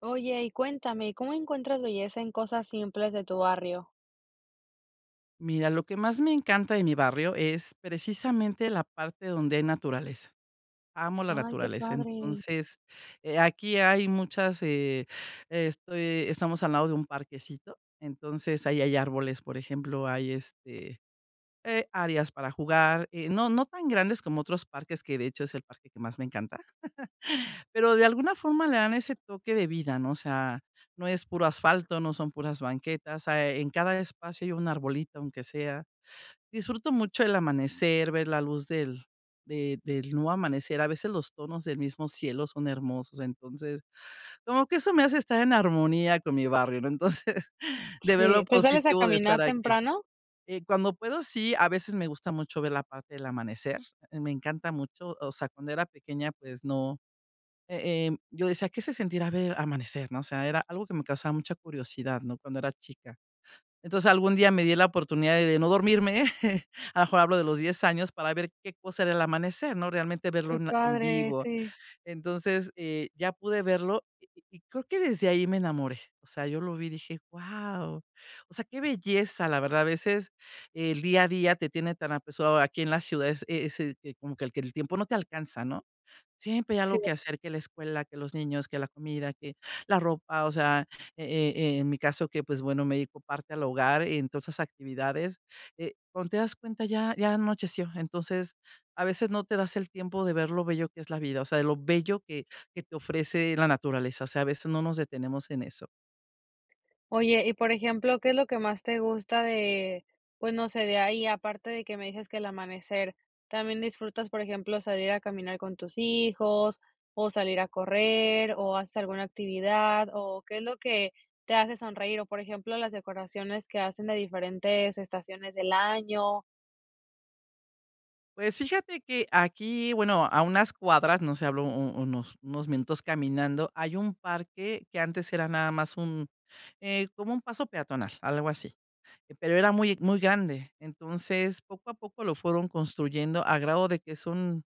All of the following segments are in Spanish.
Oye, y cuéntame, ¿cómo encuentras belleza en cosas simples de tu barrio? Mira, lo que más me encanta de mi barrio es precisamente la parte donde hay naturaleza. Amo la Ay, qué naturaleza. padre. Entonces, aquí hay muchas, estamos al lado de un parquecito, entonces ahí hay árboles, por ejemplo, hay áreas para jugar, no tan grandes como otros parques, que de hecho es el parque que más me encanta, pero de alguna forma le dan ese toque de vida, ¿no? O sea, no es puro asfalto, no son puras banquetas, ah, en cada espacio hay un arbolito, aunque sea. Disfruto mucho el amanecer, ver la luz del de del nuevo amanecer. A veces los tonos del mismo cielo son hermosos, entonces, como que eso me hace estar en armonía con mi barrio, ¿no? Entonces, de ver lo Sí, ¿te sales a positivo de estar caminar aquí. temprano? Cuando puedo, sí, a veces me gusta mucho ver la parte del amanecer, me encanta mucho, o sea, cuando era pequeña, pues no, yo decía: "¿Qué se sentirá ver amanecer?", ¿no? O sea, era algo que me causaba mucha curiosidad, ¿no?, cuando era chica. Entonces, algún día me di la oportunidad de no dormirme, a lo mejor hablo de los 10 años, para ver qué cosa era el amanecer, ¿no? Realmente verlo Qué en padre, vivo. sí, Entonces, ya pude verlo y creo que desde ahí me enamoré. O sea, yo lo vi y dije: "Guau". O sea, qué belleza, la verdad. A veces el día a día te tiene tan apresurado aquí en las ciudades, ese que como que el tiempo no te alcanza, ¿no? Siempre hay sí. algo que hacer, que la escuela, que los niños, que la comida, que la ropa, o sea, en mi caso que, pues, bueno, me dedico parte al hogar, entonces actividades, cuando te das cuenta ya anocheció, entonces, a veces no te das el tiempo de ver lo bello que es la vida, o sea, de lo bello que te ofrece la naturaleza, o sea, a veces no nos detenemos en eso. Oye, y por ejemplo, ¿qué es lo que más te gusta de, pues no sé, de ahí, aparte de que me dices que el amanecer, también disfrutas, por ejemplo, salir a caminar con tus hijos, o salir a correr, o haces alguna actividad, o qué es lo que te hace sonreír, o por ejemplo, las decoraciones que hacen de diferentes estaciones del año? Pues fíjate que aquí, bueno, a unas cuadras, no sé, unos minutos caminando, hay un parque que antes era nada más un, como un paso peatonal, algo así, pero era muy, muy grande. Entonces, poco a poco lo fueron construyendo a grado de que son,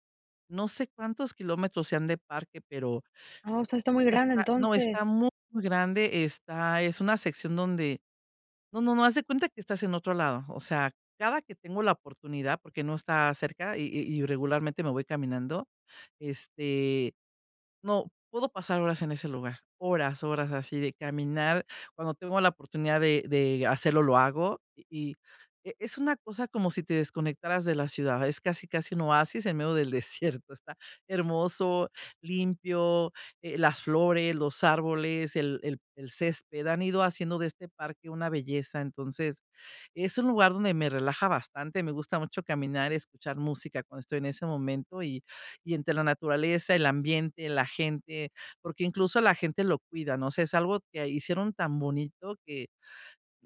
no sé cuántos kilómetros sean de parque, pero Ah, o sea, está muy grande está, no, está entonces. muy, muy grande, es una sección donde no, no, no, haz de cuenta que estás en otro lado. O sea, cada que tengo la oportunidad, porque no está cerca y regularmente me voy caminando, este, no, puedo pasar horas en ese lugar, horas, horas así de caminar. Cuando tengo la oportunidad de hacerlo, lo hago, y es una cosa como si te desconectaras de la ciudad, es casi, casi un oasis en medio del desierto, está hermoso, limpio, las flores, los árboles, el césped, han ido haciendo de este parque una belleza. Entonces, es un lugar donde me relaja bastante, me gusta mucho caminar, escuchar música cuando estoy en ese momento y entre la naturaleza, el ambiente, la gente, porque incluso la gente lo cuida, ¿no? O sea, es algo que hicieron tan bonito que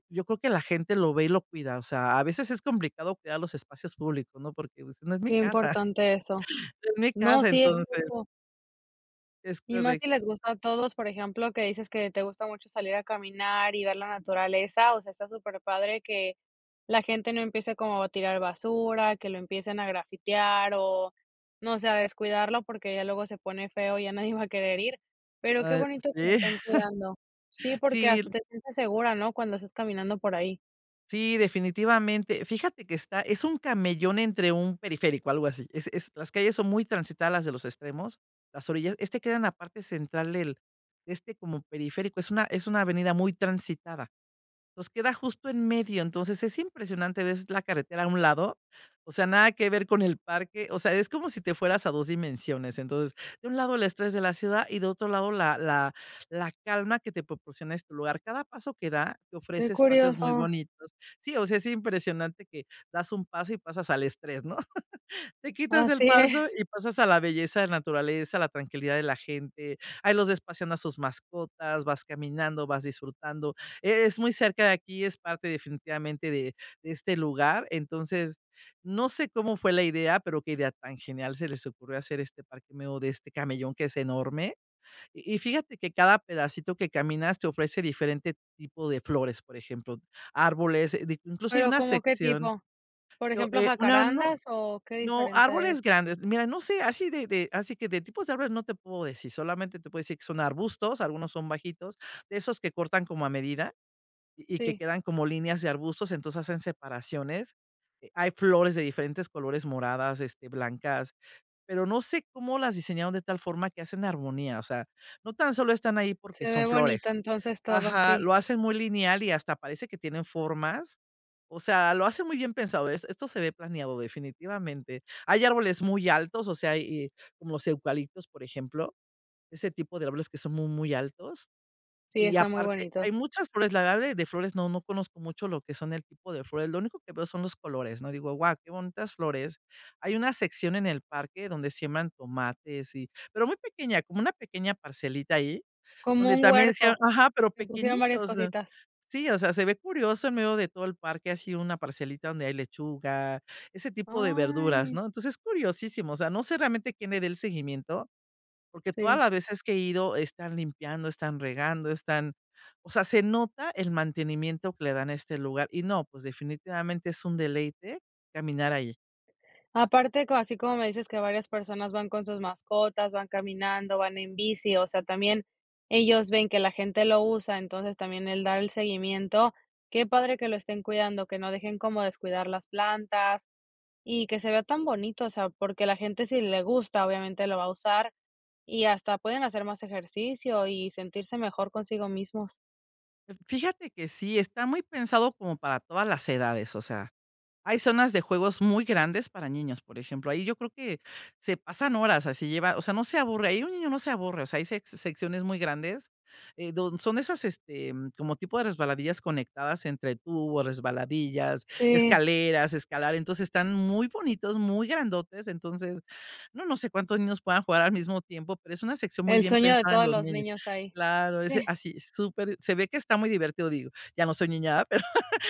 yo creo que la gente lo ve y lo cuida. O sea, a veces es complicado cuidar los espacios públicos, ¿no? Porque pues, no es mi Qué casa, importante eso. no es mi No, casa, sí es entonces cierto. es Y más si correcto. les gusta a todos, por ejemplo, que dices que te gusta mucho salir a caminar y ver la naturaleza, o sea, está súper padre que la gente no empiece como a tirar basura, que lo empiecen a grafitear o, no sé, a descuidarlo porque ya luego se pone feo y ya nadie va a querer ir. Pero qué Ah, bonito que lo sí, estén cuidando. Sí, porque sí, hasta te sientes segura, ¿no? Cuando estás caminando por ahí. sí, definitivamente. Fíjate que está es un camellón entre un periférico, algo así. Es las calles son muy transitadas las de los extremos, las orillas. Este queda en la parte central del de este como periférico. Es una avenida muy transitada. Nos queda justo en medio, entonces es impresionante, ves la carretera a un lado, o sea, nada que ver con el parque, o sea, es como si te fueras a 2 dimensiones. Entonces, de un lado el estrés de la ciudad y de otro lado la calma que te proporciona este lugar. Cada paso que da te Qué ofrece espacios muy curioso. bonitos. Sí, o sea, es impresionante que das un paso y pasas al estrés, ¿no? Te quitas el Así paso es. y pasas a la belleza de la naturaleza, a la tranquilidad de la gente. Ahí los ves paseando a sus mascotas, vas caminando, vas disfrutando. Es muy cerca de aquí, es parte definitivamente de este lugar. Entonces, no sé cómo fue la idea, pero qué idea tan genial se les ocurrió hacer este parque medio de este camellón que es enorme. Y fíjate que cada pedacito que caminas te ofrece diferente tipo de flores, por ejemplo, árboles, de incluso hay Pero una ¿como qué sección, tipo? Por yo, ejemplo, una no jacarandas o qué no, diferente es. árboles grandes. Mira, no sé, así de así que de tipos de árboles no te puedo decir, solamente te puedo decir que son arbustos, algunos son bajitos, de esos que cortan como a medida y que Sí, quedan como líneas de arbustos, entonces hacen separaciones. Hay flores de diferentes colores, moradas, este, blancas, pero no sé cómo las diseñaron de tal forma que hacen armonía, o sea, no tan solo están ahí porque se son ve bonito flores. entonces todo, Ajá, sí. lo hacen muy lineal y hasta parece que tienen formas. O sea, lo hacen muy bien pensado. Es esto se ve planeado definitivamente. Hay árboles muy altos, o sea, y como los eucaliptos, por ejemplo, ese tipo de árboles que son muy, muy altos. Sí, Y están muy aparte, hay bonitos. muchas flores, la verdad de flores no conozco mucho lo que son el tipo de flores, lo único que veo son los colores, ¿no? Digo: "Guau, qué bonitas flores". Hay una sección en el parque donde siembran tomates y pero muy pequeña, como una pequeña parcelita ahí, Como donde un también decía huerto, ajá, pero le pusieron varias pequeñitos, cositas. sí, o sea, se ve curioso en medio de todo el parque, así una parcelita donde hay lechuga, ese tipo de verduras, Ay, ¿no? Entonces, es curiosísimo, o sea, no sé realmente quién le dé el seguimiento porque todas sí. las veces que he ido, están limpiando, están regando, están, o sea, se nota el mantenimiento que le dan a este lugar. Y no, pues, definitivamente es un deleite caminar ahí. Aparte, co así como me dices que varias personas van con sus mascotas, van caminando, van en bici, o sea, también ellos ven que la gente lo usa, entonces también el dar el seguimiento, qué padre que lo estén cuidando, que no dejen como descuidar las plantas y que se vea tan bonito, o sea, porque la gente si le gusta, obviamente lo va a usar. Y hasta pueden hacer más ejercicio y sentirse mejor consigo mismos. Fíjate que sí, está muy pensado como para todas las edades, o sea, hay zonas de juegos muy grandes para niños, por ejemplo. Ahí yo creo que se pasan horas, así lleva, o sea, no se aburre, ahí un niño no se aburre, o sea, hay secciones muy grandes. Son esas este, como tipo de resbaladillas conectadas entre tubos, resbaladillas, Sí, escaleras, escalar. Entonces están muy bonitos, muy grandotes. Entonces, no, no sé cuántos niños puedan jugar al mismo tiempo, pero es una sección muy el bien sueño de pensada en todos los los niños. niños ahí. Claro, es Sí, así, súper, se ve que está muy divertido, digo. Ya no soy niñada,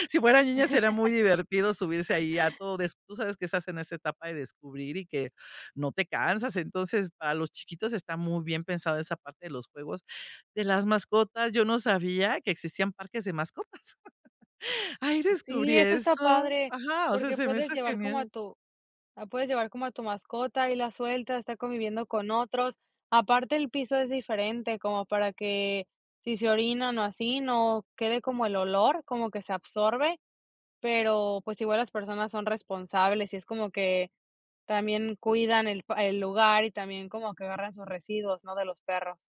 si fuera niña sería muy divertido subirse ahí a todo des tú sabes que estás en esa etapa de descubrir y que no te cansas, entonces, para los chiquitos está muy bien pensado esa parte de los juegos de las mascotas, yo no sabía que existían parques de mascotas. Ahí sí, descubrí eso está eso. padre, Ajá, o sea, porque se me puedes hizo llevar como a genial. tu, la puedes llevar como a tu mascota y la suelta está conviviendo con otros. Aparte, el piso es diferente, como para que si se orinan o así, no quede como el olor, como que se absorbe. Pero, pues, igual las personas son responsables, y es como que también cuidan el pa el lugar y también como que agarran sus residuos, ¿no?, de los perros.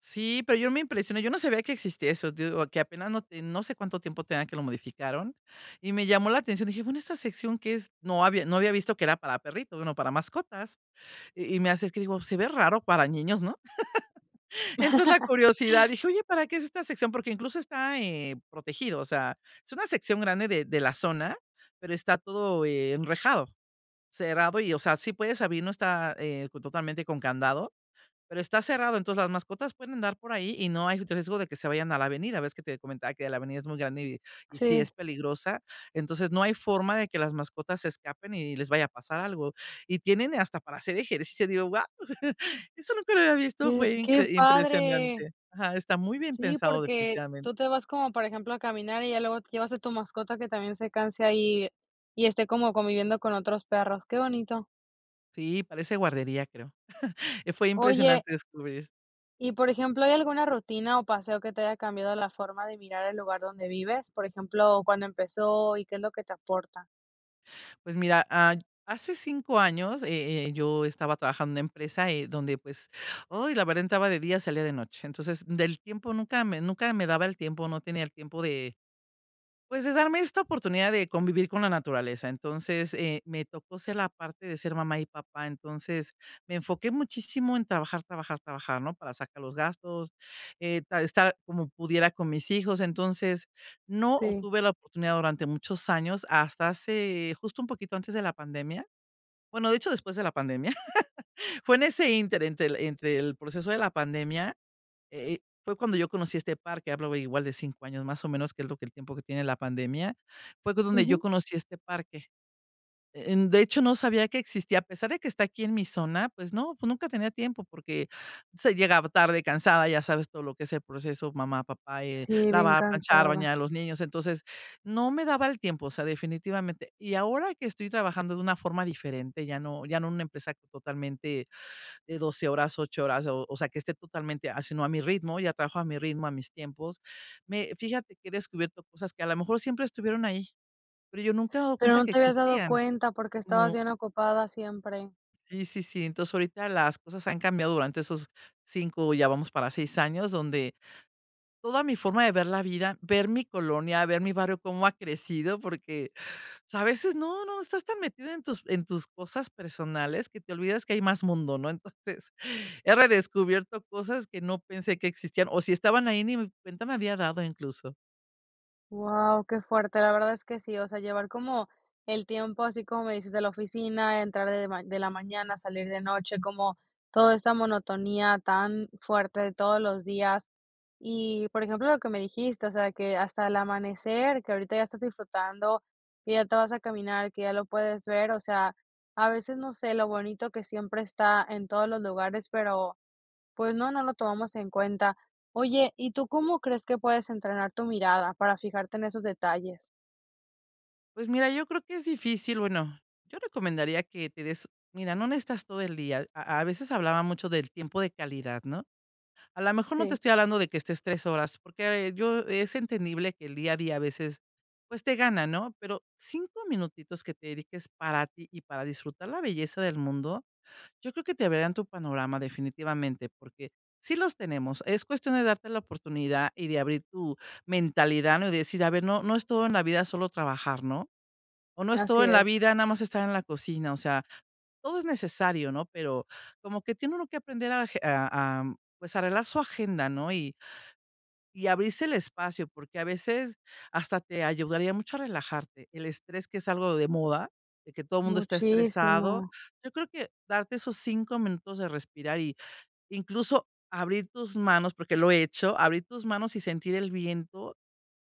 Sí, pero yo me impresioné, yo no sabía que existía eso, digo, que apenas no sé cuánto tiempo tenía que lo modificaron, y me llamó la atención, dije: "Bueno, ¿esta sección que es?". No había visto que era para perritos, bueno, para mascotas. Y me acerqué y digo: "Se ve raro para niños", ¿no? Entonces, la curiosidad, dije: "Oye, ¿para qué es esta sección?", porque incluso está, protegido, o sea, es una sección grande de la zona, pero está todo, enrejado, cerrado y, o sea, sí puedes abrir, no está, totalmente con candado, pero está cerrado, entonces las mascotas pueden andar por ahí y no hay riesgo de que se vayan a la avenida. Ves que te comentaba que la avenida es muy grande y sí Sí, es peligrosa. Entonces no hay forma de que las mascotas se escapen y les vaya a pasar algo. Y tienen hasta para hacer ejercicio. Digo, wow, eso nunca lo había visto, qué fue qué padre. impresionante. Ajá, está muy bien Sí, pensado porque definitivamente. tú te vas como, por ejemplo, a caminar y ya luego te llevas a tu mascota que también se canse ahí y esté como conviviendo con otros perros, qué bonito. Sí, parece guardería, creo. Fue Oye, impresionante descubrir. y por ejemplo, ¿hay alguna rutina o paseo que te haya cambiado la forma de mirar el lugar donde vives? Por ejemplo, ¿cuándo empezó y qué es lo que te aporta? Pues mira, ah, hace 5 años, yo estaba trabajando en una empresa, donde, pues, hoy la verdad entraba de día, salía de noche. Entonces, del tiempo nunca me daba el tiempo, no tenía el tiempo de pues, es darme esta oportunidad de convivir con la naturaleza. Entonces, me tocó ser la parte de ser mamá y papá. Entonces, me enfoqué muchísimo en trabajar, trabajar, trabajar, ¿no? Para sacar los gastos, ta estar como pudiera con mis hijos. Entonces, no Sí. tuve la oportunidad durante muchos años, hasta hace justo un poquito antes de la pandemia. Bueno, de hecho, después de la pandemia. Fue en ese ínter entre el proceso de la pandemia fue cuando yo conocí este parque. Hablo igual de 5 años más o menos, que es lo que el tiempo que tiene la pandemia, fue con donde yo Ujú. conocí este parque. De hecho, no sabía que existía, a pesar de que está aquí en mi zona, pues no, pues nunca tenía tiempo porque se llegaba tarde, cansada, ya sabes todo lo que es el proceso, mamá, papá, Sí, bien lavar, planchar, bañar cansada. a los niños, entonces no me daba el tiempo, o sea, definitivamente. Y ahora que estoy trabajando de una forma diferente, ya no en una empresa totalmente de 12 horas, 8 horas, o sea, que esté totalmente así, no a mi ritmo, ya trabajo a mi ritmo, a mis tiempos. Me, fíjate que he descubierto cosas que a lo mejor siempre estuvieron ahí, pero yo nunca he dado Pero cuenta no que te habías dado existían. cuenta porque estabas No, bien ocupada siempre. sí, sí, sí. Entonces ahorita las cosas han cambiado durante esos cinco, ya vamos para 6 años, donde toda mi forma de ver la vida, ver mi colonia, ver mi barrio, cómo ha crecido, porque sea, a veces no, no, estás tan metida en tus cosas personales que te olvidas que hay más mundo, ¿no? Entonces, he redescubierto cosas que no pensé que existían, o si estaban ahí ni mi cuenta me había dado incluso. Wow, qué fuerte. La verdad es que sí, o sea, llevar como el tiempo, así como me dices, de la oficina, entrar de ma- de la mañana, salir de noche, como toda esta monotonía tan fuerte de todos los días. Y, por ejemplo, lo que me dijiste, o sea, que hasta el amanecer, que ahorita ya estás disfrutando, que ya te vas a caminar, que ya lo puedes ver, o sea, a veces no sé lo bonito que siempre está en todos los lugares, pero pues no, no lo tomamos en cuenta. Oye, ¿y tú cómo crees que puedes entrenar tu mirada para fijarte en esos detalles? Pues mira, yo creo que es difícil, bueno, yo recomendaría que te des mira, no necesitas todo el día. A veces hablaba mucho del tiempo de calidad, ¿no? A lo mejor no te Sí, estoy hablando de que estés 3 horas, porque yo es entendible que el día a día a veces, pues, te gana, ¿no? Pero 5 minutitos que te dediques para ti y para disfrutar la belleza del mundo, yo creo que te abrirán tu panorama definitivamente, porque sí los tenemos. Es cuestión de darte la oportunidad y de abrir tu mentalidad, ¿no? Y decir, a ver, no es todo en la vida solo trabajar, ¿no? O no es así todo en la es, vida nada más estar en la cocina, o sea, todo es necesario, ¿no? Pero como que tiene uno que aprender a, pues arreglar su agenda, ¿no? Y abrirse el espacio, porque a veces hasta te ayudaría mucho a relajarte. El estrés que es algo de moda, de que todo el mundo está muchísimo. estresado. Yo creo que darte esos 5 minutos de respirar y incluso abrir tus manos, porque lo he hecho, abrir tus manos y sentir el viento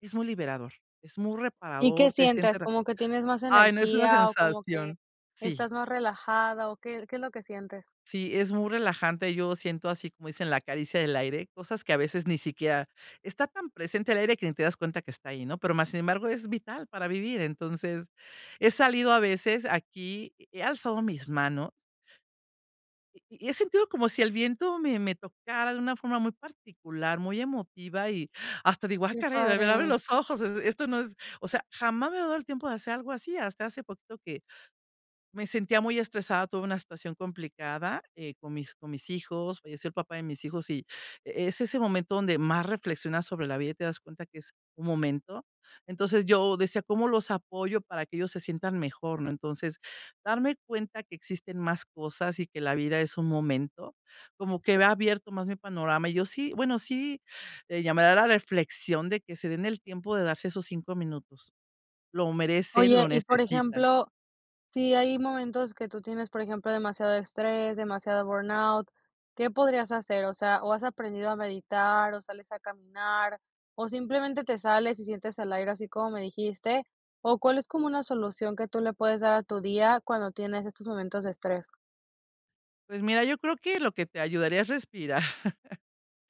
es muy liberador, es muy ¿Y qué reparador, te sientes? sientes… re- ¿Como que tienes más Ay, no, es una energía o como que sensación. Sí, estás más relajada o qué qué es lo que sientes? sí, es muy relajante. Yo siento así, como dicen, la caricia del aire, cosas que a veces ni siquiera está tan presente el aire que ni te das cuenta que está ahí, ¿no? Pero más sin embargo es vital para vivir. Entonces, he salido a veces aquí, he alzado mis manos y he sentido como si el viento me tocara de una forma muy particular, muy emotiva y hasta digo, ah, Qué caray, a ver, abre padre. los ojos, es- esto no es, o sea, jamás me he dado el tiempo de hacer algo así. Hasta hace poquito me sentía muy estresada, tuve una situación complicada, con mis hijos, falleció el papá de mis hijos, y es ese momento donde más reflexionas sobre la vida y te das cuenta que es un momento. Entonces, yo decía: "¿Cómo los apoyo para que ellos se sientan mejor?", ¿no? Entonces, darme cuenta que existen más cosas y que la vida es un momento, como que ha abierto más mi panorama. Y yo sí, bueno, sí, llamará a la reflexión de que se den el tiempo de darse esos 5 minutos. Lo merecen, Oye, lo y por necesitan. ejemplo, sí, hay momentos que tú tienes, por ejemplo, demasiado estrés, demasiado burnout. ¿Qué podrías hacer? O sea, o has aprendido a meditar, o sales a caminar, o simplemente te sales y sientes el aire así como me dijiste, o cuál es como una solución que tú le puedes dar a tu día cuando tienes estos momentos de estrés. Pues mira, yo creo que lo que te ayudaría es respirar.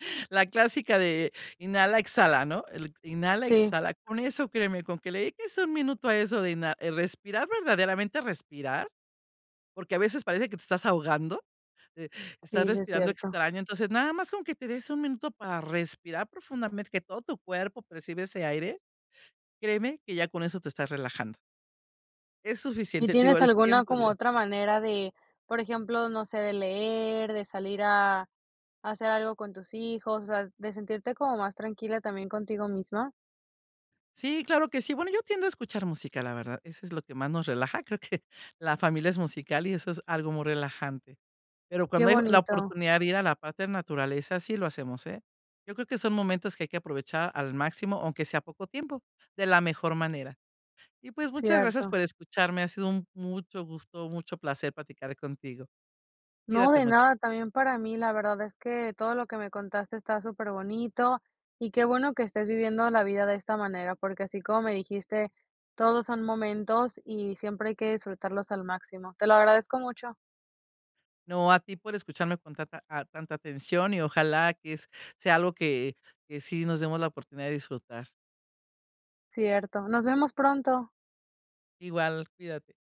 La clásica de inhala, exhala, ¿no? El inhala, Sí, exhala. Con eso, créeme, con que le dediques un minuto a eso de respirar, verdaderamente respirar, porque a veces parece que te estás ahogando, eh, estás sí, sí es respirando cierto. extraño. Entonces, nada más con que te des un minuto para respirar profundamente, que todo tu cuerpo percibe ese aire, créeme que ya con eso te estás relajando. Es ¿Y suficiente, digo, tienes el alguna tiempo. como otra manera de, por ejemplo, no sé, de leer, de salir a hacer algo con tus hijos, o sea, de sentirte como más tranquila también contigo misma? Sí, claro que sí. Bueno, yo tiendo a escuchar música, la verdad. Eso es lo que más nos relaja. Creo que la familia es musical y eso es algo muy relajante. Pero Qué cuando hay la bonito, oportunidad de ir a la parte de naturaleza, sí lo hacemos, ¿eh? Yo creo que son momentos que hay que aprovechar al máximo, aunque sea poco tiempo, de la mejor manera. Y pues muchas gracias cierto. por escucharme. Ha sido un mucho gusto, mucho placer platicar contigo. No, Cuídate de mucho. nada, también para mí, la verdad es que todo lo que me contaste está súper bonito y qué bueno que estés viviendo la vida de esta manera, porque así como me dijiste, todos son momentos y siempre hay que disfrutarlos al máximo. Te lo agradezco mucho. No, a ti por escucharme con tanta atención y ojalá que es- sea algo que sí nos demos la oportunidad de disfrutar. Cierto. Nos vemos pronto. Igual, cuídate.